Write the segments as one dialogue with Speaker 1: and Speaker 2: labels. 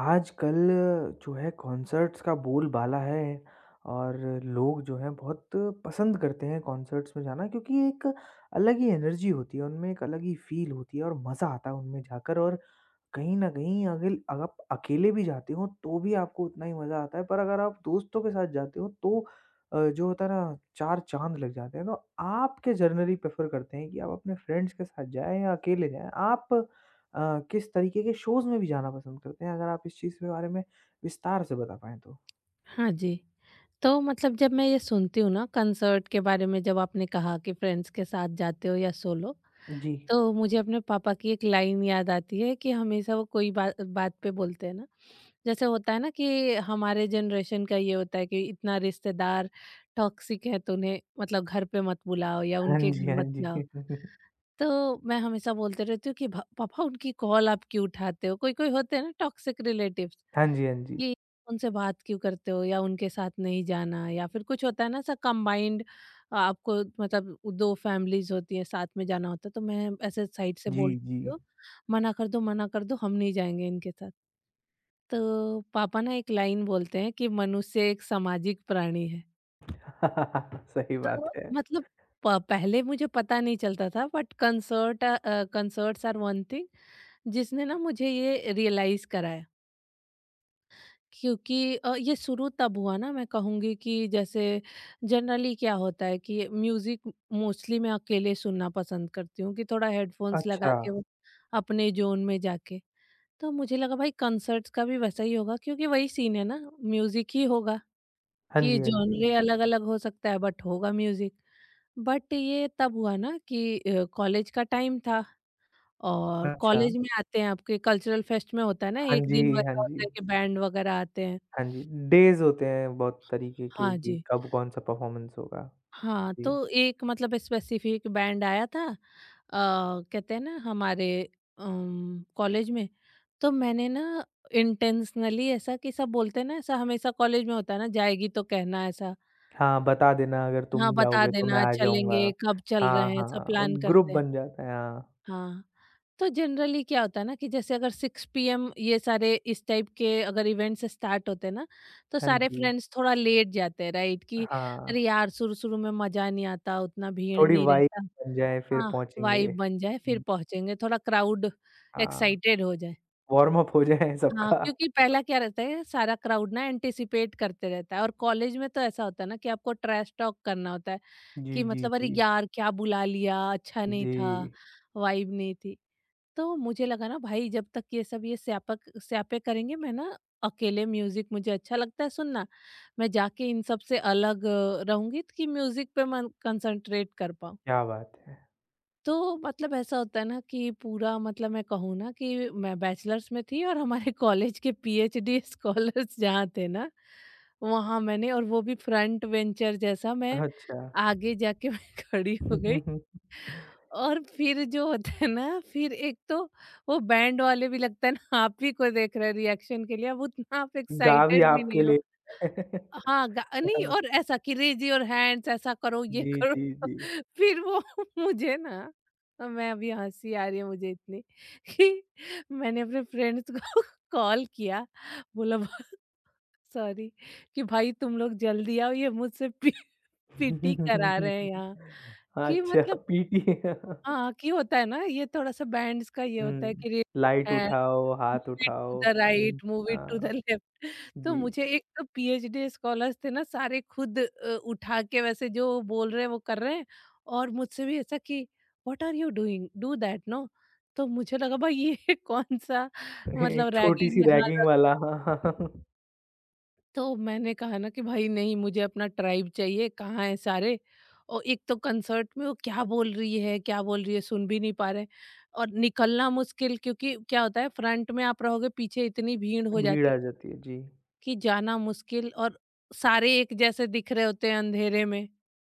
Speaker 1: आजकल जो है कॉन्सर्ट्स का बोलबाला है और लोग जो हैं बहुत पसंद करते हैं कॉन्सर्ट्स में जाना क्योंकि एक अलग ही एनर्जी होती है उनमें, एक अलग ही फ़ील होती है और मज़ा आता है उनमें जाकर और कहीं न कहीं अगिल अगर आप अकेले भी जाते हो तो भी आपको उतना ही मज़ा आता है, पर अगर आप दोस्तों के साथ जाते हो तो जो होता है ना 4 चाँद लग जाते हैं। तो आप क्या जनरली प्रेफ़र करते हैं कि आप अपने फ्रेंड्स के साथ जाएँ या अकेले जाएँ? आप किस तरीके के शोज़ में भी जाना पसंद करते हैं? अगर आप इस चीज़ के बारे में विस्तार से बता पाएँ तो?
Speaker 2: हाँ जी। तो मतलब जब मैं ये सुनती हूँ ना कंसर्ट के बारे में, जब आपने कहा कि फ्रेंड्स के साथ जाते हो या सोलो,
Speaker 1: जी।
Speaker 2: तो मुझे अपने पापा की एक लाइन याद आती है कि हमेशा वो कोई बा बात पे बोलते हैं ना। जैसे होता है ना कि हमारे जनरेशन का ये होता है कि इतना रिश्तेदार टॉक्सिक है तो उन्हें मतलब घर पे मत बुलाओ या
Speaker 1: हाँ
Speaker 2: उनके
Speaker 1: जी,
Speaker 2: घर
Speaker 1: हाँ
Speaker 2: मत जाओ।
Speaker 1: जी।
Speaker 2: तो मैं हमेशा बोलते रहती हूँ कि भ पापा उनकी कॉल आप क्यों उठाते हो? कोई-कोई होते हैं ना टॉक्सिक रिलेटिव्स,
Speaker 1: हाँ जी, हाँ जी।
Speaker 2: ये उनसे बात क्यों करते हो या उनके साथ नहीं जाना। या फिर कुछ होता है ना सब कंबाइंड आपको, मतलब दो फैमिलीज होती हैं साथ में जाना होता है तो मैं ऐसे साइड से
Speaker 1: जी,
Speaker 2: बोल
Speaker 1: जी।
Speaker 2: दो, मना कर दो मना कर दो, हम नहीं जाएंगे इनके साथ। तो पापा ना एक लाइन बोलते हैं कि मनुष्य एक सामाजिक प्राणी है।
Speaker 1: सही बात
Speaker 2: तो
Speaker 1: है।
Speaker 2: मतलब पहले मुझे पता नहीं चलता था, but concerts are one thing जिसने ना मुझे ये रियलाइज कराया। क्योंकि ये शुरू तब हुआ ना, मैं कहूँगी कि जैसे जनरली क्या होता है कि म्यूज़िक मोस्टली मैं अकेले सुनना पसंद करती हूँ कि थोड़ा हेडफोन्स लगा
Speaker 1: अच्छा।
Speaker 2: के वो अपने जोन में जाके। तो मुझे लगा भाई कंसर्ट्स का भी वैसा ही होगा क्योंकि वही सीन है ना, म्यूज़िक ही होगा।
Speaker 1: हाँ
Speaker 2: कि
Speaker 1: जी, हाँ जी।
Speaker 2: जॉनरे अलग-अलग हो सकता है बट होगा म्यूज़िक। बट ये तब हुआ ना कि कॉलेज का टाइम था, और
Speaker 1: अच्छा।
Speaker 2: कॉलेज में आते हैं आपके कल्चरल फेस्ट में होता है ना,
Speaker 1: हाँ
Speaker 2: 1
Speaker 1: जी,
Speaker 2: दिन
Speaker 1: हाँ
Speaker 2: वैसा होता
Speaker 1: जी।
Speaker 2: है कि बैंड वगैरह आते हैं।
Speaker 1: हाँ जी, डेज़ होते हैं बहुत तरीके के
Speaker 2: हाँ
Speaker 1: कि
Speaker 2: जी।
Speaker 1: कब कौन-सा परफ़ॉर्मेंस होगा।
Speaker 2: हाँ,
Speaker 1: जी।
Speaker 2: तो एक मतलब स्पेसिफिक बैंड आया था कहते हैं ना हमारे, कॉलेज में। तो मैंने ना इंटेंशनली ऐसा कि सब बोलते हैं ना, ऐसा हमेशा कॉलेज में होता है ना, जाएगी तो कहना ऐसा,
Speaker 1: हाँ, बता देना अगर
Speaker 2: हाँ
Speaker 1: तुम
Speaker 2: बता
Speaker 1: जाओगे तो मैं
Speaker 2: देना
Speaker 1: आ जाऊँगा।
Speaker 2: चलेंगे, कब चल रहे
Speaker 1: हाँ,
Speaker 2: हैं, ऐसा
Speaker 1: हाँ और
Speaker 2: प्लान
Speaker 1: ग्रुप
Speaker 2: करते हैं।
Speaker 1: बन जाता है, हाँ।
Speaker 2: हाँ, तो जनरली क्या होता है ना कि जैसे अगर 6 पीएम ये सारे इस टाइप के अगर इवेंट्स स्टार्ट होते हैं ना, तो
Speaker 1: हाँ
Speaker 2: सारे
Speaker 1: जी,
Speaker 2: फ्रेंड्स थोड़ा लेट जाते हैं, राइट? कि अरे
Speaker 1: हाँ।
Speaker 2: यार, शुरू-शुरू में मज़ा नहीं आता, उतना भीड़
Speaker 1: थोड़ी
Speaker 2: नहीं
Speaker 1: वाइब
Speaker 2: रहता।
Speaker 1: बन जाए फिर
Speaker 2: हाँ,
Speaker 1: पहुँचेंगे।
Speaker 2: वाइब बन जाए, फिर
Speaker 1: हुँ,
Speaker 2: पहुँचेंगे, थोड़ा क्राउड
Speaker 1: हाँ,
Speaker 2: एक्साइटेड हो जाए।
Speaker 1: वार्म अप हो जाए
Speaker 2: हाँ,
Speaker 1: सबका।
Speaker 2: क्योंकि पहला क्या रहता है, सारा क्राउड ना एंटिसिपेट करते रहता है और कॉलेज में तो ऐसा होता है ना कि आपको ट्रैश टॉक करना होता है
Speaker 1: जी,
Speaker 2: कि
Speaker 1: जी,
Speaker 2: मतलब, "अरे
Speaker 1: जी।
Speaker 2: यार, क्या बुला लिया? अच्छा नहीं
Speaker 1: जी,
Speaker 2: था, वाइब नहीं थी।" तो मुझे लगा ना भाई जब तक ये सब ये स्यापक स्यापे करेंगे, मैं ना अकेले, म्यूजिक मुझे अच्छा लगता है सुनना, मैं जाके इन सब से अलग रहूंगी कि म्यूजिक पे मैं कंसंट्रेट कर पाऊँ।
Speaker 1: क्या बात है।
Speaker 2: तो मतलब ऐसा होता है ना कि पूरा, मतलब मैं कहूँ ना कि मैं बैचलर्स में थी और हमारे कॉलेज के पीएचडी स्कॉलर्स जहाँ थे ना, वहाँ मैंने, और वो भी फ्रंट वेंचर जैसा, मैं
Speaker 1: अच्छा।
Speaker 2: आगे जाके मैं खड़ी हो गई। और फिर जो होता है ना, फिर एक तो वो बैंड वाले भी लगता है ना आप ही को देख रहे हैं रिएक्शन के लिए, अब उतना आप
Speaker 1: गा भी
Speaker 2: एक्साइटेड भी
Speaker 1: आपके
Speaker 2: नहीं हो।
Speaker 1: लिए
Speaker 2: हाँ नहीं,
Speaker 1: हाँ।
Speaker 2: और ऐसा कि रेज योर हैंड्स, ऐसा करो, ये
Speaker 1: जी,
Speaker 2: करो।
Speaker 1: जी, जी।
Speaker 2: फिर वो मुझे ना, मैं, अभी हंसी आ रही है मुझे इतनी, कि मैंने अपने फ्रेंड्स को कॉल किया, बोला सॉरी कि भाई तुम लोग जल्दी आओ, ये मुझसे पीटी करा रहे हैं यहाँ, कि
Speaker 1: अच्छा,
Speaker 2: मतलब,
Speaker 1: पीटी
Speaker 2: हाँ, कि होता है ना ये थोड़ा-सा बैंड्स का ये होता है
Speaker 1: हुँ,
Speaker 2: कि रे,
Speaker 1: लाइट
Speaker 2: एंड
Speaker 1: उठाओ, हाथ
Speaker 2: मूव इट
Speaker 1: उठाओ।
Speaker 2: टू द
Speaker 1: हुँ,
Speaker 2: राइट, मूव इट टू
Speaker 1: हाँ,
Speaker 2: द लेफ्ट। तो
Speaker 1: जी।
Speaker 2: मुझे एक तो पीएचडी स्कॉलर्स थे ना सारे, खुद उठा के वैसे जो बोल रहे हैं वो कर रहे हैं, और मुझसे भी ऐसा कि what are you doing? Do that no. तो मुझे लगा भाई ये कौन-सा मतलब
Speaker 1: एक
Speaker 2: रैगिंग
Speaker 1: छोटी-सी
Speaker 2: यहाँ
Speaker 1: रैगिंग
Speaker 2: लग।
Speaker 1: वाला हाँ हाँ हाँ,
Speaker 2: तो मैंने कहा ना कि भाई नहीं, मुझे अपना ट्राइब चाहिए, कहाँ है सारे? और एक तो कंसर्ट में वो क्या बोल रही है क्या बोल रही है, सुन भी नहीं पा रहे, और निकलना मुश्किल क्योंकि क्या होता है, फ्रंट में आप रहोगे, पीछे इतनी भीड़ हो
Speaker 1: भीड़
Speaker 2: जाती
Speaker 1: आ
Speaker 2: है
Speaker 1: जाती है, जी।
Speaker 2: कि जाना मुश्किल। और सारे एक जैसे दिख रहे होते हैं अंधेरे में।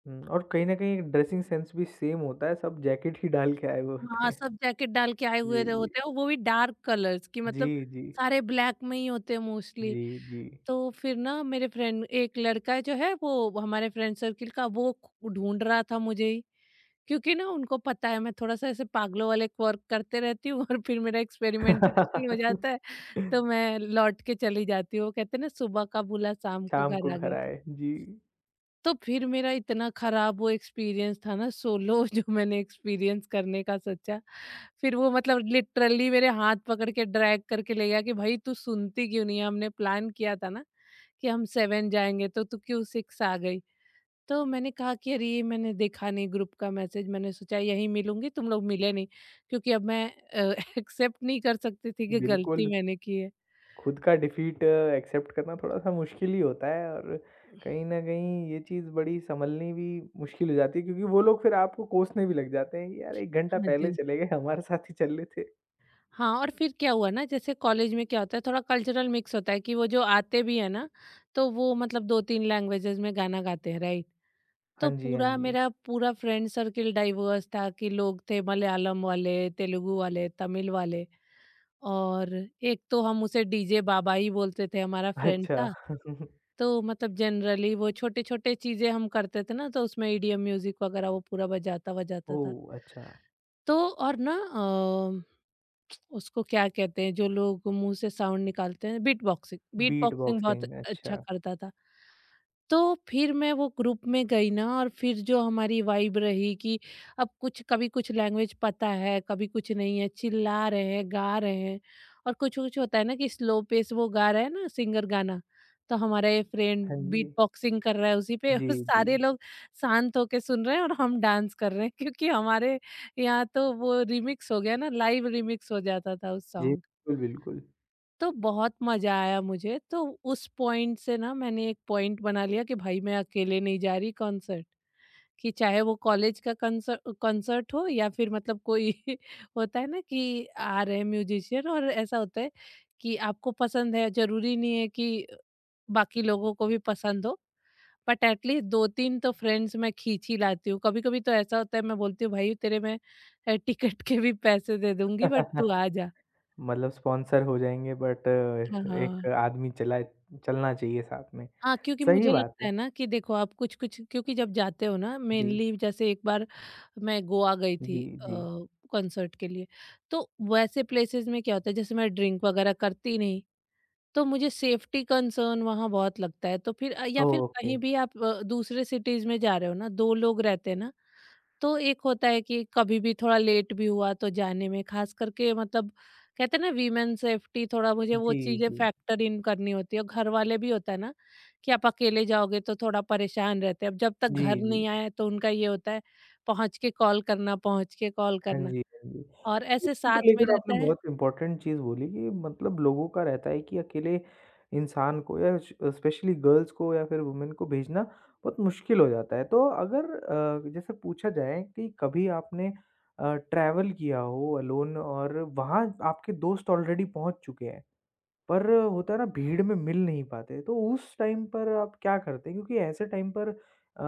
Speaker 1: हुँ, और कहीं न कहीं ड्रेसिंग सेंस भी सेम होता है, सब जैकेट ही डाल के आए हुए होते
Speaker 2: हाँ,
Speaker 1: हैं।
Speaker 2: सब जैकेट डाल के आए हुए
Speaker 1: जी,
Speaker 2: रहे
Speaker 1: जी।
Speaker 2: होते हैं और वो भी डार्क कलर्स की,
Speaker 1: जी,
Speaker 2: मतलब
Speaker 1: जी।
Speaker 2: सारे ब्लैक में ही होते हैं मोस्टली।
Speaker 1: जी, जी।
Speaker 2: तो फिर ना मेरे फ्रेंड, एक लड़का है जो है वो हमारे फ्रेंड सर्किल का, वो ढूंढ रहा था मुझे ही। क्योंकि ना उनको पता है मैं थोड़ा-सा ऐसे पागलों वाले वर्क करते रहती हूँ और फिर मेरा एक्सपेरिमेंटेशन हो जाता है, तो मैं लौट के चली जाती हूँ। वो कहते हैं ना, सुबह का बुला शाम को
Speaker 1: शाम को
Speaker 2: घर आ
Speaker 1: घर
Speaker 2: गया था।
Speaker 1: आए। जी,
Speaker 2: तो फिर मेरा इतना खराब वो एक्सपीरियंस था ना सोलो जो मैंने एक्सपीरियंस करने का सोचा, फिर वो मतलब लिटरली मेरे हाथ पकड़ के ड्रैग करके ले गया कि भाई तू सुनती क्यों नहीं है? हमने प्लान किया था ना कि हम 7 जाएँगे तो तू क्यों 6 आ गई? तो मैंने कहा कि अरे ये मैंने देखा नहीं ग्रुप का मैसेज, मैंने सोचा यहीं मिलूंगी, तुम लोग मिले नहीं, क्योंकि अब मैं एक्सेप्ट नहीं कर सकती थी कि
Speaker 1: बिल्कुल।
Speaker 2: गलती मैंने की है।
Speaker 1: खुद का डिफीट एक्सेप्ट करना थोड़ा-सा मुश्किल ही होता है और कहीं न कहीं ये चीज़ बड़ी सँभलनी भी मुश्किल हो जाती है क्योंकि वो लोग फिर आपको कोसने भी लग जाते हैं कि यार 1 घंटा
Speaker 2: हाँ
Speaker 1: पहले
Speaker 2: जी।
Speaker 1: चले गए, हमारे साथ ही चल रहे थे।
Speaker 2: हाँ, और फिर क्या हुआ ना, जैसे कॉलेज में क्या होता है, थोड़ा कल्चरल मिक्स होता है कि वो जो आते भी है ना, तो वो मतलब दो तीन लैंग्वेजेस में गाना गाते हैं, राइट?
Speaker 1: हाँ
Speaker 2: तो
Speaker 1: जी, हाँ
Speaker 2: पूरा,
Speaker 1: जी।
Speaker 2: मेरा पूरा फ्रेंड सर्किल डाइवर्स था कि लोग थे मलयालम वाले, तेलुगु वाले, तमिल वाले। और एक तो हम उसे डीजे बाबा ही बोलते थे, हमारा फ्रेंड
Speaker 1: अच्छा।
Speaker 2: था। तो मतलब जनरली वो छोटे-छोटे चीज़ें हम करते थे ना, तो उसमें ईडीएम म्यूज़िक वगैरह वो पूरा बजाता-वजाता था।
Speaker 1: ओह! अच्छा,
Speaker 2: तो और ना उसको क्या कहते हैं, जो लोग मुँह से साउंड निकालते हैं, बीट
Speaker 1: बीट
Speaker 2: बॉक्सिंग बहुत
Speaker 1: बॉक्सिंग
Speaker 2: अच्छा
Speaker 1: अच्छा।
Speaker 2: करता था। तो फिर मैं वो ग्रुप में गई ना, और फिर जो हमारी वाइब रही कि अब कुछ, कभी कुछ लैंग्वेज पता है, कभी कुछ नहीं है, चिल्ला रहे हैं, गा रहे हैं। और कुछ कुछ होता है ना कि स्लो पेस वो गा रहा है ना सिंगर गाना, तो हमारा ये फ्रेंड
Speaker 1: हाँ
Speaker 2: बीट
Speaker 1: जी।
Speaker 2: बॉक्सिंग कर रहा है उसी पे,
Speaker 1: जी,
Speaker 2: और
Speaker 1: जी।
Speaker 2: सारे लोग शांत होके सुन रहे हैं और हम डांस कर रहे हैं, क्योंकि हमारे यहाँ तो वो रिमिक्स हो गया ना, लाइव रिमिक्स हो जाता था उस
Speaker 1: जी,
Speaker 2: सॉन्ग।
Speaker 1: बिल्कुल, बिल्कुल।
Speaker 2: तो बहुत मज़ा आया मुझे। तो उस पॉइंट से ना मैंने एक पॉइंट बना लिया कि भाई मैं अकेले नहीं जा रही कॉन्सर्ट, कि चाहे वो कॉलेज का कंसर कॉन्सर्ट हो या फिर मतलब कोई होता है ना कि आ रहे हैं म्यूजिशियन, और ऐसा होता है कि आपको पसंद है, ज़रूरी नहीं है कि बाकी लोगों को भी पसंद हो, बट एटलीस्ट 2-3 तो फ्रेंड्स मैं खींच ही लाती हूँ। कभी-कभी तो ऐसा होता है मैं बोलती हूँ, "भाई तेरे, मैं टिकट के भी पैसे दे दूँगी बट तू आ जा।"
Speaker 1: मतलब स्पॉन्सर हो जाएँगे बट
Speaker 2: हाँ, हाँ।
Speaker 1: एक आदमी चला चलना चाहिए साथ में।
Speaker 2: हाँ, क्योंकि
Speaker 1: सही
Speaker 2: मुझे
Speaker 1: बात
Speaker 2: लगता
Speaker 1: है।
Speaker 2: है ना कि देखो आप कुछ-कुछ, क्योंकि जब जाते हो ना
Speaker 1: जी,
Speaker 2: मेनली, जैसे एक बार मैं गोवा गई थी
Speaker 1: जी, जी।
Speaker 2: कॉन्सर्ट के लिए, तो वैसे प्लेसेस में क्या होता है, जैसे मैं ड्रिंक वगैरह करती नहीं, तो मुझे सेफ्टी कंसर्न वहाँ बहुत लगता है। तो फिर या
Speaker 1: ओह!
Speaker 2: फिर
Speaker 1: ओके।
Speaker 2: कहीं भी आप दूसरे सिटीज़ में जा रहे हो ना, 2 लोग रहते हैं ना, तो एक होता है कि कभी भी थोड़ा लेट भी हुआ तो जाने में, खास करके मतलब कहते हैं ना वीमेन सेफ्टी, थोड़ा मुझे वो
Speaker 1: जी,
Speaker 2: चीजें
Speaker 1: जी।
Speaker 2: फैक्टर इन करनी होती है। और घर वाले भी होता है ना कि आप अकेले जाओगे तो थोड़ा परेशान रहते हैं, अब जब तक
Speaker 1: जी,
Speaker 2: घर
Speaker 1: जी।
Speaker 2: नहीं आए तो उनका ये होता है पहुंच के कॉल करना, पहुंच के कॉल
Speaker 1: हाँ
Speaker 2: करना,
Speaker 1: जी, हाँ जी।
Speaker 2: और ऐसे
Speaker 1: छुट्टी को
Speaker 2: साथ में
Speaker 1: लेकर आपने
Speaker 2: रहता है।
Speaker 1: बहुत इम्पोर्टेंट चीज़ बोली कि मतलब लोगों का रहता है कि अकेले इंसान को या श स्पेशली गर्ल्स को या फिर वुमेन को भेजना बहुत मुश्किल हो जाता है। तो अगर जैसे पूछा जाए कि कभी आपने ट्रैवल किया हो अलोन और वहाँ आपके दोस्त ऑलरेडी पहुँच चुके हैं। पर होता है ना भीड़ में मिल नहीं पाते, तो उस टाइम पर आप क्या करते? क्योंकि ऐसे टाइम पर अ,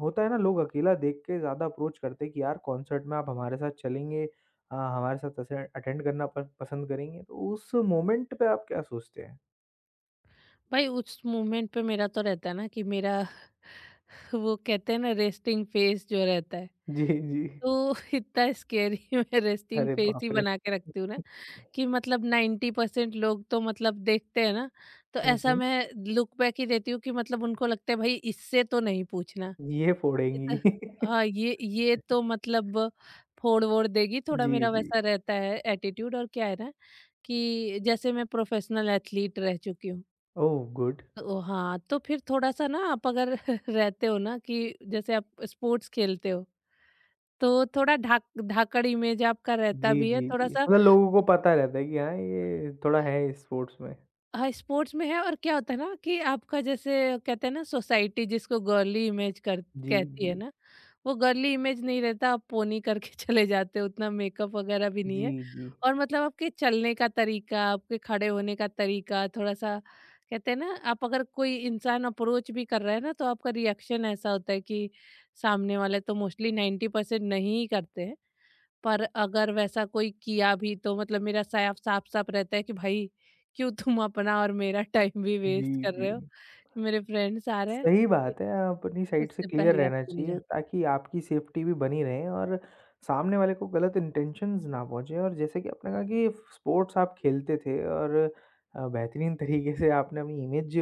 Speaker 1: होता है ना लोग अकेला देख के ज़्यादा अप्रोच करते हैं कि यार कॉन्सर्ट में आप हमारे साथ चलेंगे हमारे साथ असे अटेंड करना प पसंद करेंगे। तो उस मोमेंट पे आप क्या सोचते हैं?
Speaker 2: भाई उस मोमेंट पे मेरा तो रहता है ना कि मेरा वो कहते हैं ना रेस्टिंग फेस जो रहता है,
Speaker 1: जी, जी।
Speaker 2: तो इतना स्केरी मैं रेस्टिंग
Speaker 1: अरे
Speaker 2: फेस ही
Speaker 1: बाप रे!
Speaker 2: बना के रखती हूँ ना कि मतलब 90% लोग तो मतलब देखते हैं ना, तो
Speaker 1: हुँ,
Speaker 2: ऐसा
Speaker 1: हुँ।
Speaker 2: मैं लुक बैक ही देती हूँ कि मतलब उनको लगता है भाई इससे तो नहीं पूछना।
Speaker 1: ये
Speaker 2: ये तो,
Speaker 1: फोड़ेंगी।
Speaker 2: हाँ ये तो मतलब फोड़-वोड़ देगी, थोड़ा
Speaker 1: जी,
Speaker 2: मेरा
Speaker 1: जी।
Speaker 2: वैसा रहता है एटीट्यूड। और क्या है ना कि जैसे मैं प्रोफेशनल एथलीट रह चुकी हूँ।
Speaker 1: Oh good.
Speaker 2: तो हाँ, तो फिर थोड़ा-सा ना आप अगर रहते हो ना कि जैसे आप स्पोर्ट्स खेलते हो, तो थोड़ा ढाक धाकड़ इमेज आपका रहता
Speaker 1: जी,
Speaker 2: भी है,
Speaker 1: जी, जी।
Speaker 2: थोड़ा-सा।
Speaker 1: मतलब लोगों को पता रहता है कि हाँ, ये थोड़ा है स्पोर्ट्स में।
Speaker 2: हाँ, स्पोर्ट्स में है और क्या होता है ना कि आपका जैसे कहते हैं ना सोसाइटी जिसको गर्ली इमेज कर
Speaker 1: जी,
Speaker 2: कहती है
Speaker 1: जी।
Speaker 2: ना, वो गर्ली इमेज नहीं रहता, आप पोनी करके चले जाते हो, उतना मेकअप वगैरह भी नहीं है,
Speaker 1: जी, जी।
Speaker 2: और मतलब आपके चलने का तरीका, आपके खड़े होने का तरीका थोड़ा सा, कहते हैं ना, आप अगर कोई इंसान अप्रोच भी कर रहा है ना, तो आपका रिएक्शन ऐसा होता है कि सामने वाले तो मोस्टली नाइन्टी परसेंट नहीं करते हैं। पर अगर वैसा कोई किया भी तो मतलब मेरा साफ साफ साफ रहता है कि भाई, क्यों तुम अपना और मेरा टाइम भी
Speaker 1: जी,
Speaker 2: वेस्ट कर
Speaker 1: जी।
Speaker 2: रहे हो, मेरे फ्रेंड्स आ रहे हैं,
Speaker 1: सही
Speaker 2: कि
Speaker 1: बात है, अपनी साइड से
Speaker 2: उससे
Speaker 1: क्लियर
Speaker 2: पहले आप
Speaker 1: रहना
Speaker 2: चले
Speaker 1: चाहिए
Speaker 2: जाओ।
Speaker 1: ताकि आपकी सेफ्टी भी बनी रहे और सामने वाले को गलत इंटेंशंस ना पहुँचे और जैसे कि आपने कहा कि स्पोर्ट्स आप खेलते थे और बेहतरीन तरीके से आपने अपनी इमेज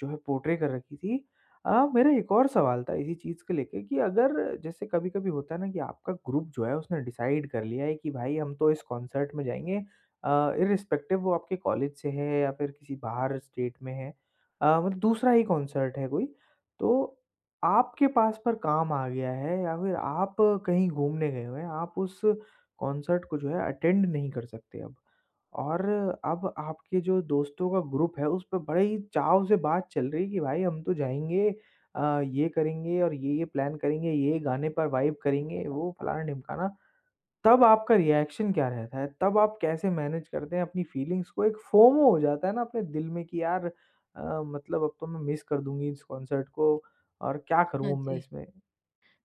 Speaker 1: जो है पोर्ट्रे कर रखी थी। मेरा एक और सवाल था इसी चीज़ को लेके कि अगर जैसे कभी-कभी होता है ना कि आपका ग्रुप जो है उसने डिसाइड कर लिया है कि भाई हम तो इस कॉन्सर्ट में जाएँगे इर्रिस्पेक्टिव वो आपके कॉलेज से है या फिर किसी बाहर स्टेट में है। मतलब दूसरा ही कॉन्सर्ट है कोई, तो आपके पास पर काम आ गया है या फिर आप कहीं घूमने गए हुए हैं, आप उस कॉन्सर्ट को जो है अटेंड नहीं कर सकते अब। और अब आपके जो दोस्तों का ग्रुप है, उस पे बड़े ही चाव से बात चल रही है कि भाई हम तो जाएँगे ये करेंगे और ये-ये प्लान करेंगे, ये गाने पर वाइब करेंगे, वो फलाना-ढिमकाना। तब आपका रिएक्शन क्या रहता है? तब आप कैसे मैनेज करते हैं अपनी फीलिंग्स को? एक फोमो हो जाता है ना अपने दिल में कि यार मतलब अब तो मैं मिस कर दूँगी इस कॉन्सर्ट को और क्या करूँ
Speaker 2: हाँ
Speaker 1: अब मैं
Speaker 2: जी,
Speaker 1: इसमें?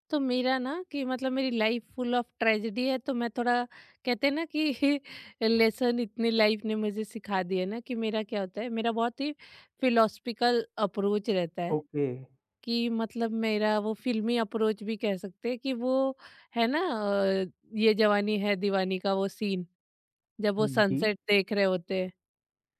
Speaker 2: तो मेरा ना कि मतलब मेरी लाइफ फुल ऑफ ट्रेजेडी है, तो मैं थोड़ा कहते हैं ना कि लेसन इतनी लाइफ ने मुझे सिखा दिया ना कि मेरा क्या होता है, मेरा बहुत ही फिलोसफिकल अप्रोच रहता है
Speaker 1: ओके।
Speaker 2: कि मतलब मेरा वो फ़िल्मी अप्रोच भी कह सकते हैं। कि वो है ना ये जवानी है दीवानी का वो सीन, जब वो
Speaker 1: हुँ, जी।
Speaker 2: सनसेट देख रहे होते हैं।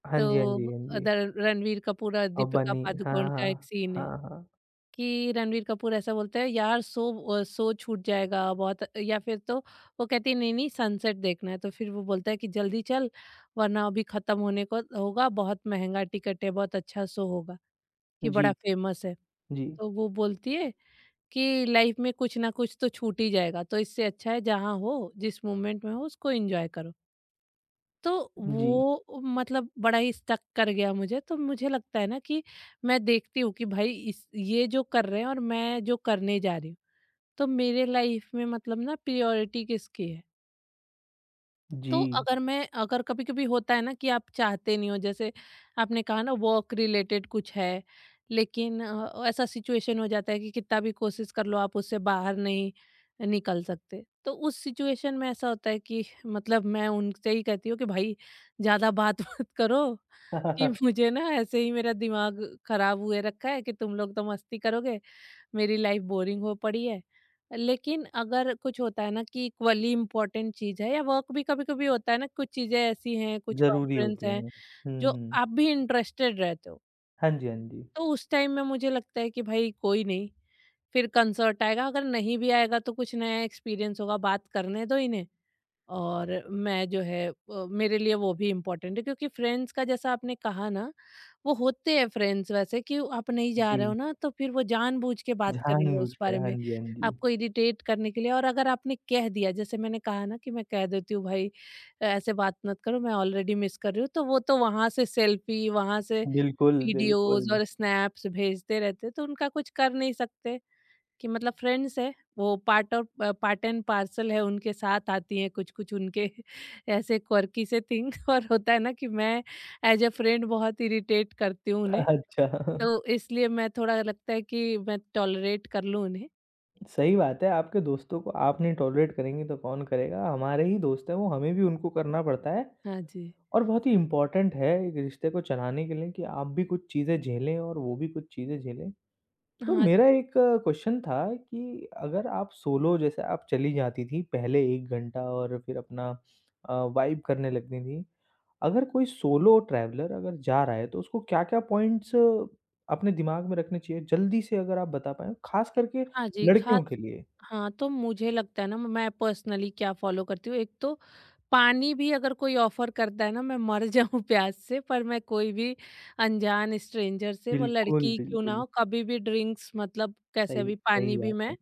Speaker 1: हाँ जी, हाँ जी,
Speaker 2: तो
Speaker 1: हाँ जी।
Speaker 2: अदर रणवीर कपूर और
Speaker 1: और
Speaker 2: दीपिका
Speaker 1: बनी हाँ,
Speaker 2: पादुकोण का एक
Speaker 1: हाँ।
Speaker 2: सीन है
Speaker 1: हाँ, हाँ।
Speaker 2: कि रणवीर कपूर ऐसा बोलता है, यार सो छूट जाएगा बहुत या फिर। तो वो कहती है नहीं-नहीं, सनसेट देखना है। तो फिर वो बोलता है कि जल्दी चल, वरना अभी ख़त्म होने को होगा, बहुत महँगा टिकट है, बहुत अच्छा शो होगा, कि बड़ा
Speaker 1: जी,
Speaker 2: फ़ेमस है।
Speaker 1: जी,
Speaker 2: तो वो बोलती है कि लाइफ में कुछ ना कुछ तो छूट ही जाएगा, तो इससे अच्छा है जहाँ हो, जिस मोमेंट में हो उसको एंजॉय करो। तो
Speaker 1: जी,
Speaker 2: वो मतलब बड़ा ही स्टक कर गया मुझे, तो मुझे लगता है ना कि मैं देखती हूँ कि भाई इस ये जो कर रहे हैं और मैं जो करने जा रही हूँ, तो मेरे लाइफ में मतलब ना प्रियोरिटी किसकी है।
Speaker 1: जी।
Speaker 2: तो अगर कभी-कभी होता है ना कि आप चाहते नहीं हो, जैसे आपने कहा ना वर्क रिलेटेड कुछ है, लेकिन ऐसा सिचुएशन हो जाता है कि कितना भी कोशिश कर लो आप उससे बाहर नहीं निकल सकते। तो उस सिचुएशन में ऐसा होता है कि मतलब मैं उनसे ही कहती हूँ कि भाई, ज़्यादा बात मत करो, कि मुझे ना ऐसे ही मेरा दिमाग खराब हुए रखा है कि तुम लोग तो मस्ती करोगे, मेरी लाइफ बोरिंग हो पड़ी है। लेकिन अगर कुछ होता है ना कि इक्वली इम्पोर्टेंट चीज़ है, या वर्क भी कभी कभी होता है ना, कुछ चीज़ें ऐसी हैं, कुछ
Speaker 1: ज़रूरी
Speaker 2: कॉन्फ्रेंस
Speaker 1: होती
Speaker 2: हैं
Speaker 1: हैं। हुँ,
Speaker 2: जो
Speaker 1: हुँ।
Speaker 2: आप भी इंटरेस्टेड रहते हो,
Speaker 1: हाँ जी, हाँ जी।
Speaker 2: तो उस टाइम में मुझे लगता है कि भाई कोई नहीं, फिर कंसर्ट आएगा, अगर नहीं भी आएगा तो कुछ नया एक्सपीरियंस होगा, बात करने दो इन्हें। और मैं जो है मेरे लिए वो भी इम्पोर्टेंट है, क्योंकि फ्रेंड्स का जैसा आपने कहा ना, वो होते हैं फ्रेंड्स वैसे कि आप नहीं जा रहे हो
Speaker 1: जी,
Speaker 2: ना, तो फिर वो जानबूझ के बात करेंगे उस
Speaker 1: जानबूझकर।
Speaker 2: बारे
Speaker 1: हाँ
Speaker 2: में,
Speaker 1: जी, हाँ जी।
Speaker 2: आपको इरिटेट करने के लिए। और अगर आपने कह दिया, जैसे मैंने कहा ना कि मैं कह देती हूँ भाई ऐसे बात मत करो, मैं ऑलरेडी मिस कर रही हूँ, तो वो तो वहां से सेल्फी, वहां से
Speaker 1: बिल्कुल, बिल्कुल।
Speaker 2: वीडियोस और स्नैप्स भेजते रहते, तो उनका कुछ कर नहीं सकते। कि मतलब फ्रेंड्स है वो, पार्ट और पार्ट एंड पार्सल है, उनके साथ आती हैं कुछ कुछ उनके ऐसे क्वर्की से थिंग और होता है ना कि मैं एज अ फ्रेंड बहुत इरिटेट करती हूँ उन्हें,
Speaker 1: अच्छा।
Speaker 2: तो इसलिए मैं थोड़ा लगता है कि मैं टॉलरेट कर लूँ उन्हें।
Speaker 1: सही बात है, आपके दोस्तों को आप नहीं टॉलरेट करेंगी तो कौन करेगा? हमारे ही दोस्त हैं वो, हमें भी उनको करना पड़ता है
Speaker 2: हाँ जी,
Speaker 1: और बहुत ही इम्पोर्टेंट है एक रिश्ते को चलाने के लिए कि आप भी कुछ चीज़ें झेलें और वो भी कुछ चीज़ें झेलें। तो
Speaker 2: हाँ जी।
Speaker 1: मेरा एक क्वेश्चन था कि अगर आप सोलो जैसे आप चली जाती थी पहले 1 घंटा और फिर अपना वाइब करने लगती थी। अगर कोई सोलो ट्रैवलर अगर जा रहा है तो उसको क्या-क्या पॉइंट्स अपने दिमाग में रखने चाहिए? जल्दी से अगर आप बता पाएँ, ख़ास करके
Speaker 2: हाँ जी, खास।
Speaker 1: लड़कियों के लिए।
Speaker 2: हाँ, तो मुझे लगता है ना मैं पर्सनली क्या फॉलो करती हूँ। एक तो पानी भी अगर कोई ऑफर करता है ना, मैं मर जाऊं प्यास से पर, मैं कोई भी अनजान स्ट्रेंजर से वो
Speaker 1: बिल्कुल,
Speaker 2: लड़की क्यों ना
Speaker 1: बिल्कुल।
Speaker 2: हो, कभी भी ड्रिंक्स मतलब कैसे
Speaker 1: सही
Speaker 2: भी
Speaker 1: सही
Speaker 2: पानी भी
Speaker 1: बात
Speaker 2: मैं
Speaker 1: है।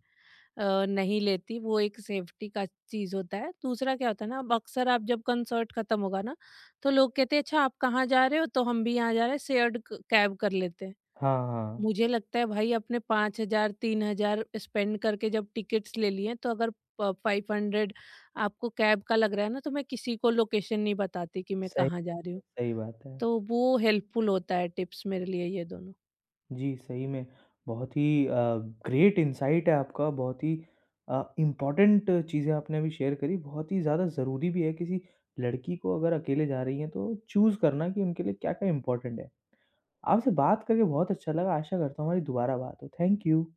Speaker 2: नहीं लेती। वो एक सेफ्टी का चीज होता है। दूसरा क्या होता है ना, अब अक्सर आप जब कंसर्ट खत्म होगा ना, तो लोग कहते हैं अच्छा आप कहाँ जा रहे हो, तो हम भी यहाँ जा रहे हैं, शेयर्ड कैब कर लेते हैं।
Speaker 1: हाँ, हाँ।
Speaker 2: मुझे लगता है भाई, आपने 5,000 3,000 स्पेंड करके जब टिकट्स ले लिए हैं, तो अगर प 500 आपको कैब का लग रहा है ना, तो मैं किसी को लोकेशन नहीं बताती कि मैं
Speaker 1: सही
Speaker 2: कहाँ जा रही हूँ।
Speaker 1: सही बात है।
Speaker 2: तो वो हेल्पफुल होता है टिप्स मेरे लिए ये दोनों।
Speaker 1: जी, सही में बहुत ही ग्रेट इनसाइट है आपका, बहुत ही इम्पोर्टेंट चीज़ें आपने अभी शेयर करी, बहुत ही ज़्यादा ज़रूरी भी है किसी लड़की को अगर अकेले जा रही हैं तो चूज़ करना कि उनके लिए क्या-क्या इम्पोर्टेंट है। आपसे बात करके बहुत अच्छा लगा, आशा करता हूँ हमारी दोबारा बात हो। Thank you.